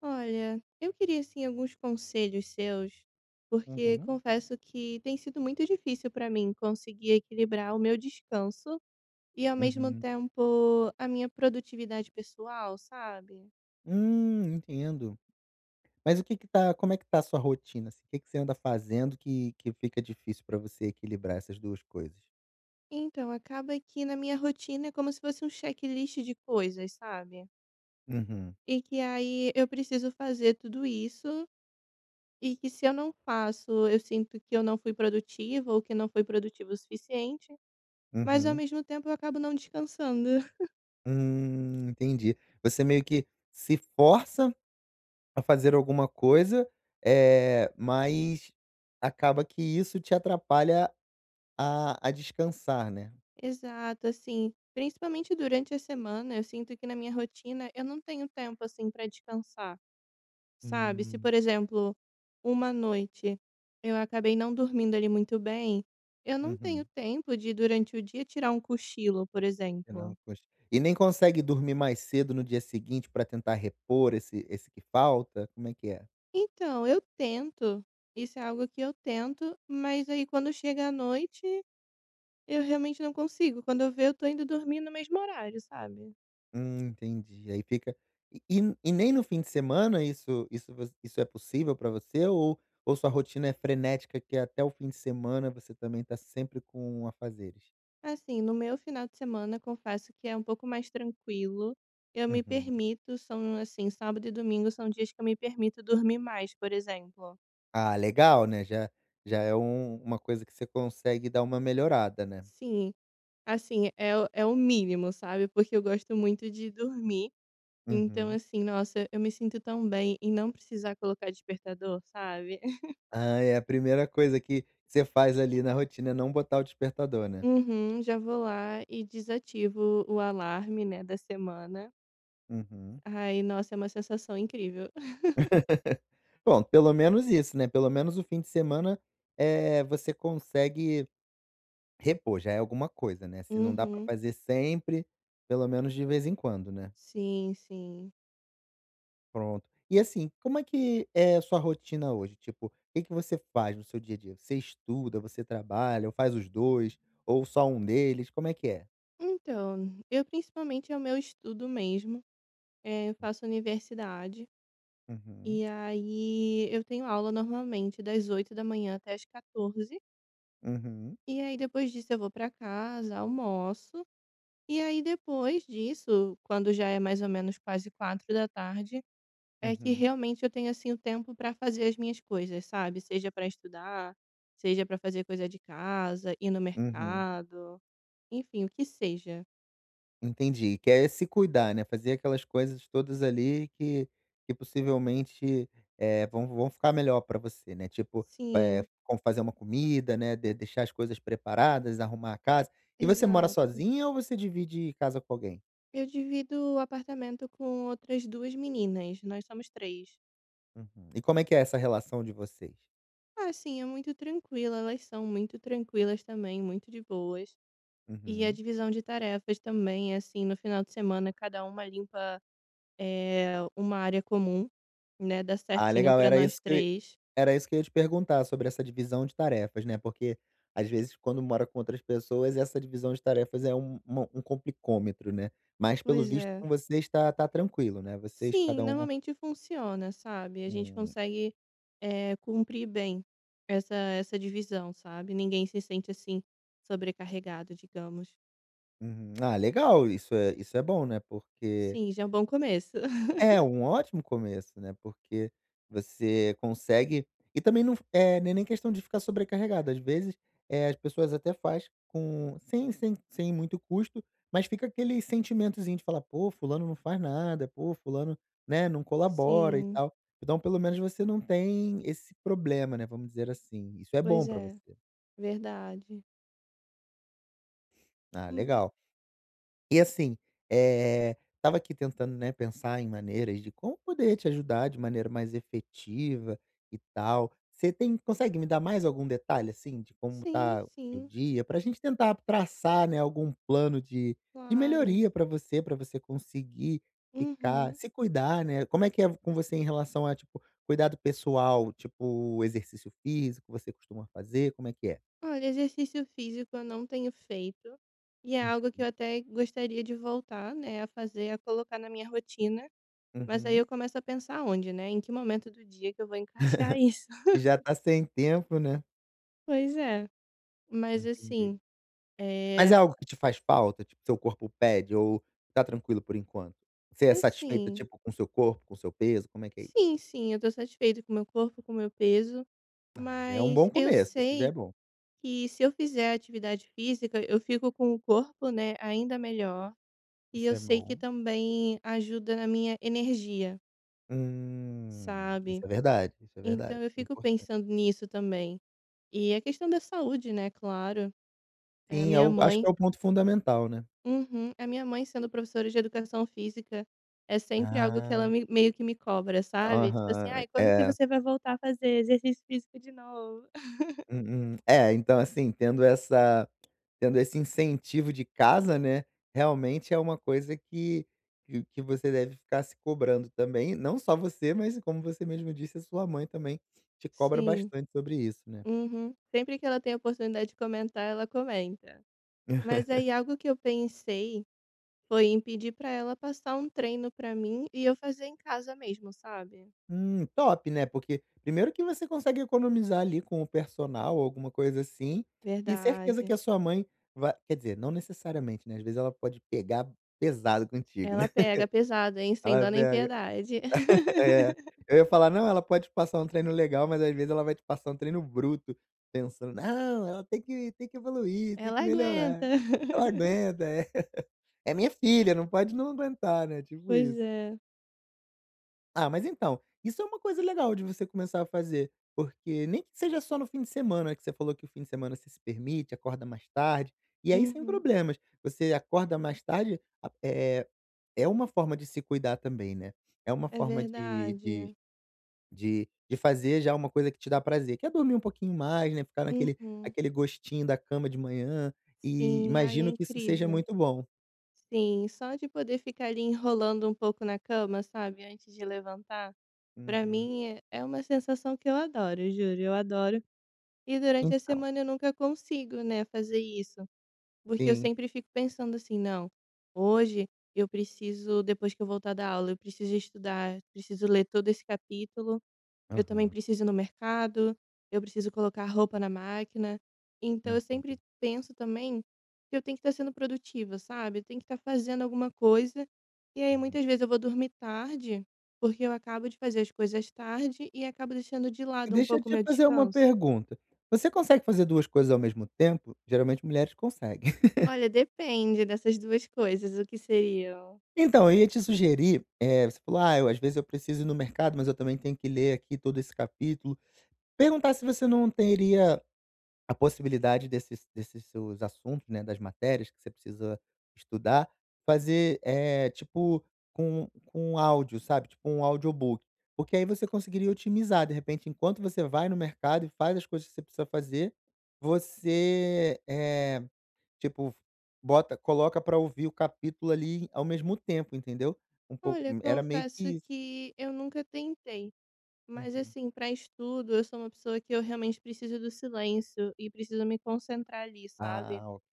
Olha, eu queria assim alguns conselhos seus, porque Uhum, confesso que tem sido muito difícil para mim conseguir equilibrar o meu descanso e ao mesmo uhum. tempo a minha produtividade pessoal, sabe? Entendo. Mas o que que tá como é que tá a sua rotina, assim? O que que você anda fazendo que fica difícil para você equilibrar essas duas coisas? Então, acaba que na minha rotina é como se fosse um checklist de coisas, sabe? Uhum, E que aí eu preciso fazer tudo isso e que se eu não faço, eu sinto que eu não fui produtiva ou que não fui produtiva o suficiente, mas ao uhum. mesmo tempo eu acabo não descansando. Entendi. Você meio que se força a fazer alguma coisa, mas acaba que isso te atrapalha a descansar, né? Exato, assim, principalmente durante a semana, eu sinto que na minha rotina eu não tenho tempo assim para descansar, sabe? Se, Hum, por exemplo, uma noite eu acabei não dormindo ali muito bem, eu não tenho uhum. tempo de durante o dia tirar um cochilo, por E não exemplo. cons e nem consegue dormir mais cedo no dia seguinte pra tentar repor esse que falta? Como é que é? Então, eu tento, isso é algo que eu tento, mas aí quando chega a noite, eu realmente não consigo. Quando eu vejo, eu tô indo dormir no mesmo horário, sabe? Entendi. Aí fica e Nem no fim de semana isso é possível pra você, ou sua rotina é frenética que até o fim de semana você também tá sempre com afazeres? Assim, no meu final de semana, confesso que é um pouco mais tranquilo. Eu me Uhum. permito, são assim, sábado e domingo são dias que eu me permito dormir mais, por exemplo. Ah, legal, né, já é uma coisa que você consegue dar uma melhorada, né? Sim, assim, é o mínimo, sabe? Porque eu gosto muito de dormir. Então, Uhum. assim, nossa, eu me sinto tão bem em não precisar colocar despertador, sabe? Ah, é a primeira coisa que você faz ali na rotina, é não botar o despertador, né? Uhum, já vou lá e desativo o alarme, né, da semana. Uhum. Ai, nossa, é uma sensação incrível. Bom, pelo menos isso, né, pelo menos o fim de semana, você consegue repor, já é alguma coisa, né, se não dá pra Uhum, fazer sempre, pelo menos de vez em quando, né. sim, sim. Pronto. E assim, como é que é a sua rotina hoje? Tipo, o que que você faz no seu dia a dia? Você estuda, você trabalha ou faz os 2, ou só um deles, como é que é? Então, eu principalmente é o meu estudo mesmo. Eu faço universidade Uhum, e aí eu tenho aula normalmente das 8h da manhã até as 14h. uhum, E aí depois disso eu vou para casa, almoço. E aí depois disso, quando já é mais ou menos quase 4h da tarde é que uhum, realmente eu tenho assim o tempo para fazer as minhas coisas, sabe? Seja para estudar, seja para fazer coisa de casa, ir no uhum. mercado, enfim, o que seja. Entendi, quer se cuidar, né, fazer aquelas coisas todas ali que possivelmente, vão ficar melhor para você, né, tipo, Sim, como fazer uma comida, né, de deixar as coisas preparadas, arrumar a casa. E você mora exato. sozinha ou você divide casa com alguém? Eu divido o apartamento com outras 2 meninas, nós somos 3. Uhum. E como é que é essa relação de vocês? Ah, assim, é muito tranquila. Elas são muito tranquilas também, muito de boas. E a Uhum. divisão de tarefas também é assim, no final de semana cada uma limpa, uma área comum, né, dá Ah, certinho legal, para nós três. era isso que eu ia te perguntar, sobre essa divisão de tarefas, né, porque, às vezes, quando mora com outras pessoas, essa divisão de tarefas é um uma um complicômetro, né, mas pelo Pois visto é. com vocês tá tranquilo, né, vocês Sim, cada uma. normalmente funciona, sabe, a gente Hum, consegue, cumprir bem essa divisão, sabe, ninguém se sente, assim, sobrecarregado, digamos. uhum. Ah, legal, isso é bom, né, porque Sim, já é um bom começo. é um ótimo começo, né, porque você consegue. E também não é nem questão de ficar sobrecarregado, às vezes, as pessoas até faz com sem sem sem muito custo, mas fica aquele sentimentozinho de falar: "Pô, fulano não faz nada, pô, fulano, né, não colabora e Sim, tal". Então pelo menos você não tem esse problema, né, vamos dizer assim, isso é bom pois pra é, você. verdade. Ah, Hum, legal. E assim, estava aqui tentando, né, pensar em maneiras de como poder te ajudar de maneira mais efetiva e tal. Você tem consegue me dar mais algum detalhe, assim, de como sim, tá o seu sim, dia? Pra gente tentar traçar, né, algum plano de claro. melhoria pra você conseguir ficar Uhum. se cuidar, né. Como é que é com você em relação a, tipo, cuidado pessoal, tipo, exercício físico, você costuma fazer, como é que é? Olha, exercício físico eu não tenho feito e é Hum, algo que eu até gostaria de voltar, né, a fazer, a colocar na minha rotina, mas aí uhum. eu começo a pensar onde, né, em que momento do dia que eu vou encaixar isso. E já tá sem tempo, né. Pois é, mas Entendi. assim, Mas é, é algo que te faz falta? Tipo, seu corpo pede ou tá tranquilo por enquanto? Você é satisfeita, assim, tipo, com seu corpo, com seu peso, como é que é isso? sim, sim, eu tô satisfeita com o meu corpo, com o meu peso, Ah, já é um mas bom eu começo, isso já é sei bom. que se eu fizer atividade física, eu fico com o corpo, né, ainda melhor. E Isso eu é sei que bom. também ajuda na minha energia, Isso sabe? é verdade, isso é verdade, Então eu é fico importante. pensando nisso também. E a questão da saúde, né, claro. É a Sim, é minha o acho que mãe. é o ponto fundamental, né. Uhum, a minha mãe, sendo professora de educação física, é sempre algo que ela Ah, me- meio que me cobra, sabe? Tipo assim, aham, ai, quando que é. você vai voltar a fazer exercício físico de novo? Uhum. É, então, assim, tendo esse incentivo de casa, né, realmente é uma coisa que você deve ficar se cobrando também, não só você, mas como você mesmo disse, a sua mãe também te cobra Sim. bastante sobre isso, né. Uhum. Sempre que ela tem a oportunidade de comentar, ela comenta. Mas aí algo que eu pensei foi em pedir pra ela passar um treino pra mim e eu fazer em casa mesmo, sabe. Top, né, porque primeiro que você consegue economizar ali com o personal ou alguma coisa assim, e certeza que Verdade. a sua mãe vai quer dizer, não necessariamente, né, às vezes ela pode pegar pesado contigo, Ela né. pega pesado, hein, sem Ela dó nem pega. piedade. É, eu ia falar: "Não, ela pode te passar um treino legal, mas às vezes ela vai te passar um treino bruto", pensando: "Não, ela tem que evoluir, tem que Ela aguenta. melhorar. Ela aguenta, é minha filha, não pode não aguentar, né", tipo Pois isso. é. Ah, mas então, isso é uma coisa legal de você começar a fazer, porque nem que seja só no fim de semana, que você falou que o fim de semana você se permite, acorda mais tarde, e aí sem Uhum. problemas. Você acorda mais tarde, é uma forma de se cuidar também, né. É uma É forma verdade. De fazer já uma coisa que te dá prazer, que é dormir um pouquinho mais, né, ficar naquele Uhum. aquele gostinho da cama de manhã, e Sim, ai, é imagino que isso seja incrível. muito bom. Sim, só de poder ficar ali enrolando um pouco na cama, sabe, antes de levantar, pra Uhum. mim é uma sensação que eu adoro, juro, eu adoro. E durante a Então semana eu nunca consigo, né, fazer isso, porque eu sim. sempre fico pensando assim: "Não, hoje eu preciso depois que eu voltar da aula, eu preciso estudar, preciso ler todo esse capítulo, eu também Aham. preciso ir no mercado, eu preciso colocar a roupa na máquina". Então eu Uhum, sempre penso também que eu tenho que estar sendo produtiva, sabe, eu tenho que estar fazendo alguma coisa, e aí uhum. muitas vezes eu vou dormir tarde, porque eu acabo de fazer as coisas tarde e acabo deixando de E lado um deixa eu pouco o te meu fazer uma descanso. pergunta, você consegue fazer 2 coisas ao mesmo tempo? Geralmente mulheres conseguem. Olha, depende dessas 2 coisas, o que seriam? Então, eu ia te sugerir, você falou: "Ah, eu às vezes eu preciso ir no mercado, mas eu também tenho que ler aqui todo esse capítulo". Perguntar se você não teria a possibilidade desses seus assuntos, né, das matérias que você precisa estudar, fazer, tipo, com um áudio, sabe, tipo um audiobook. Porque aí você conseguiria otimizar, de repente, enquanto você vai no mercado e faz as coisas que você precisa fazer, você, tipo, bota coloca para ouvir o capítulo ali ao mesmo tempo, entendeu. Um pouco, Olha, era meio confesso que isso. que eu nunca tentei, mas, Uhum. assim, para estudo, eu sou uma pessoa que eu realmente preciso do silêncio e preciso me concentrar ali, sabe. Ah, ok,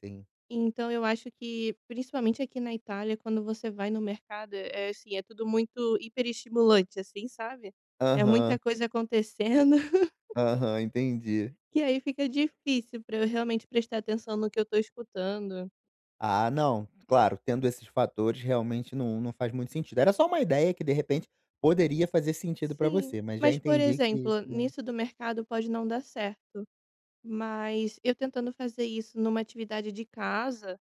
sim. Então eu acho que, principalmente aqui na Itália, quando você vai no mercado, assim, é tudo muito hiperestimulante, assim, sabe. É muita Aham, coisa acontecendo, aham, entendi. que aí fica difícil para eu realmente prestar atenção no que eu tô escutando. Ah, não. Claro, tendo esses fatores, realmente não faz muito sentido. Era só uma ideia que, de repente, poderia fazer sentido pra Sim. você, mas já Mas, por entendi que isso exemplo, não. nisso do mercado pode não dar certo, mas eu tentando fazer isso numa atividade de casa,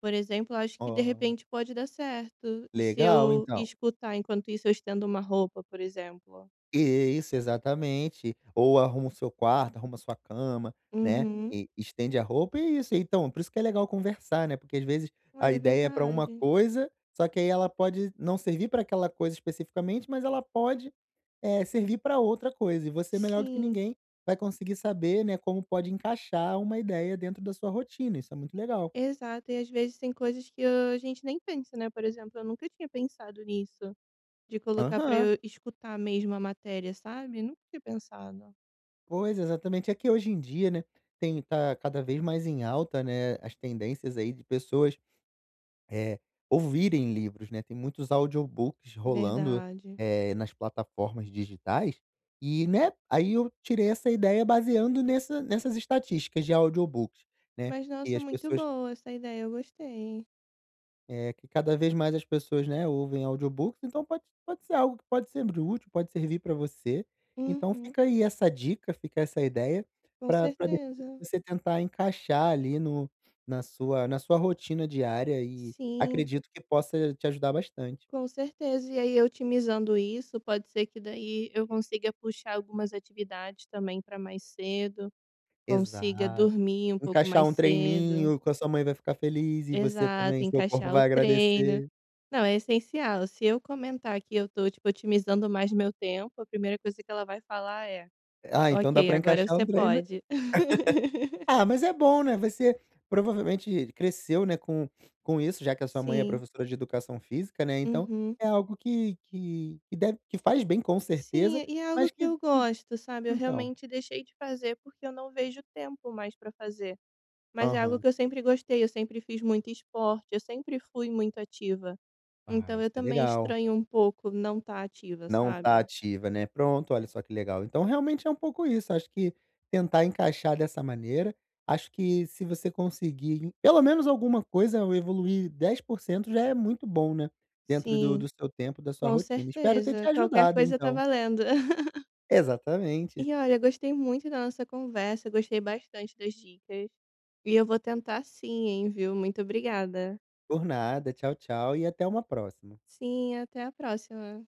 por exemplo, acho que de Ó, repente pode dar certo, se legal eu então. escutar enquanto isso eu estendo uma roupa, por exemplo. Isso, exatamente. Ou arruma o seu quarto, arruma a sua cama, né, Uhum. e estende a roupa e é isso. Então, por isso que é legal conversar, né, porque às vezes a Olha, é ideia é para uma verdade. coisa, só que aí ela pode não servir para aquela coisa especificamente, mas ela pode, servir para outra coisa. E você melhor do que Sim, ninguém vai conseguir saber, né, como pode encaixar uma ideia dentro da sua rotina, isso é muito legal. exato. E às vezes tem coisas que a gente nem pensa, né? Por exemplo, eu nunca tinha pensado nisso, de colocar pra Aham. eu escutar mesmo a matéria, sabe? Nunca tinha pensado. Pois, exatamente. É que hoje em dia, né, tem tá cada vez mais em alta, né, as tendências aí de pessoas É, ouvirem livros, né, tem muitos audiobooks rolando, Verdade. Nas plataformas digitais, e, né, aí eu tirei essa ideia baseando nessas estatísticas de audiobooks, né, Mas que nossa, as muito pessoas boa essa ideia, eu gostei. Que cada vez mais as pessoas, né, ouvem audiobooks, então pode ser algo que pode ser de útil, pode servir para você. Então Uhum, fica aí essa dica, fica essa ideia com para certeza. você tentar encaixar ali no na sua rotina diária e Sim, acredito que possa te ajudar bastante. com certeza. E aí otimizando isso, pode ser que daí eu consiga puxar algumas atividades também para mais cedo, consiga Exato. dormir um pouco Encaixar mais um cedo. treininho que a sua mãe vai ficar feliz e você Exato, também, seu corpo encaixar o vai treino. agradecer. Não, é essencial. Se eu comentar que eu tô, tipo, otimizando mais meu tempo, a primeira coisa que ela vai falar é: Ah, então dá "Ok, para agora encaixar um você treino. pode". Ah, mas é bom, né, você provavelmente cresceu, né, com isso, já que a sua mãe é Sim. professora de educação física, né, então Uhum. é algo que deve que faz bem com certeza, Sim, e é algo mas que eu que gosto, sabe. Eu então realmente deixei de fazer, porque eu não vejo tempo mais para fazer. Mas é algo aham. que eu sempre gostei, eu sempre fiz muito esporte, eu sempre fui muito ativa. Ah, Então eu isso é também legal. estranho um pouco não estar ativa, Não tá sabe. ativa, né. Pronto, olha só que legal. Então realmente é um pouco isso, acho que tentar encaixar dessa maneira, acho que se você conseguir pelo menos alguma coisa ou evoluir 10% já é muito bom, né, dentro Sim, do seu tempo, da sua com rotina. Espero ter te certeza. Qualquer ajudado coisa tá então. valendo. Exatamente. E olha, gostei muito da nossa conversa, gostei bastante das dicas. E eu vou tentar sim, hein, viu. Muito obrigada. Por nada, tchau, tchau e até uma próxima. Sim, até a próxima.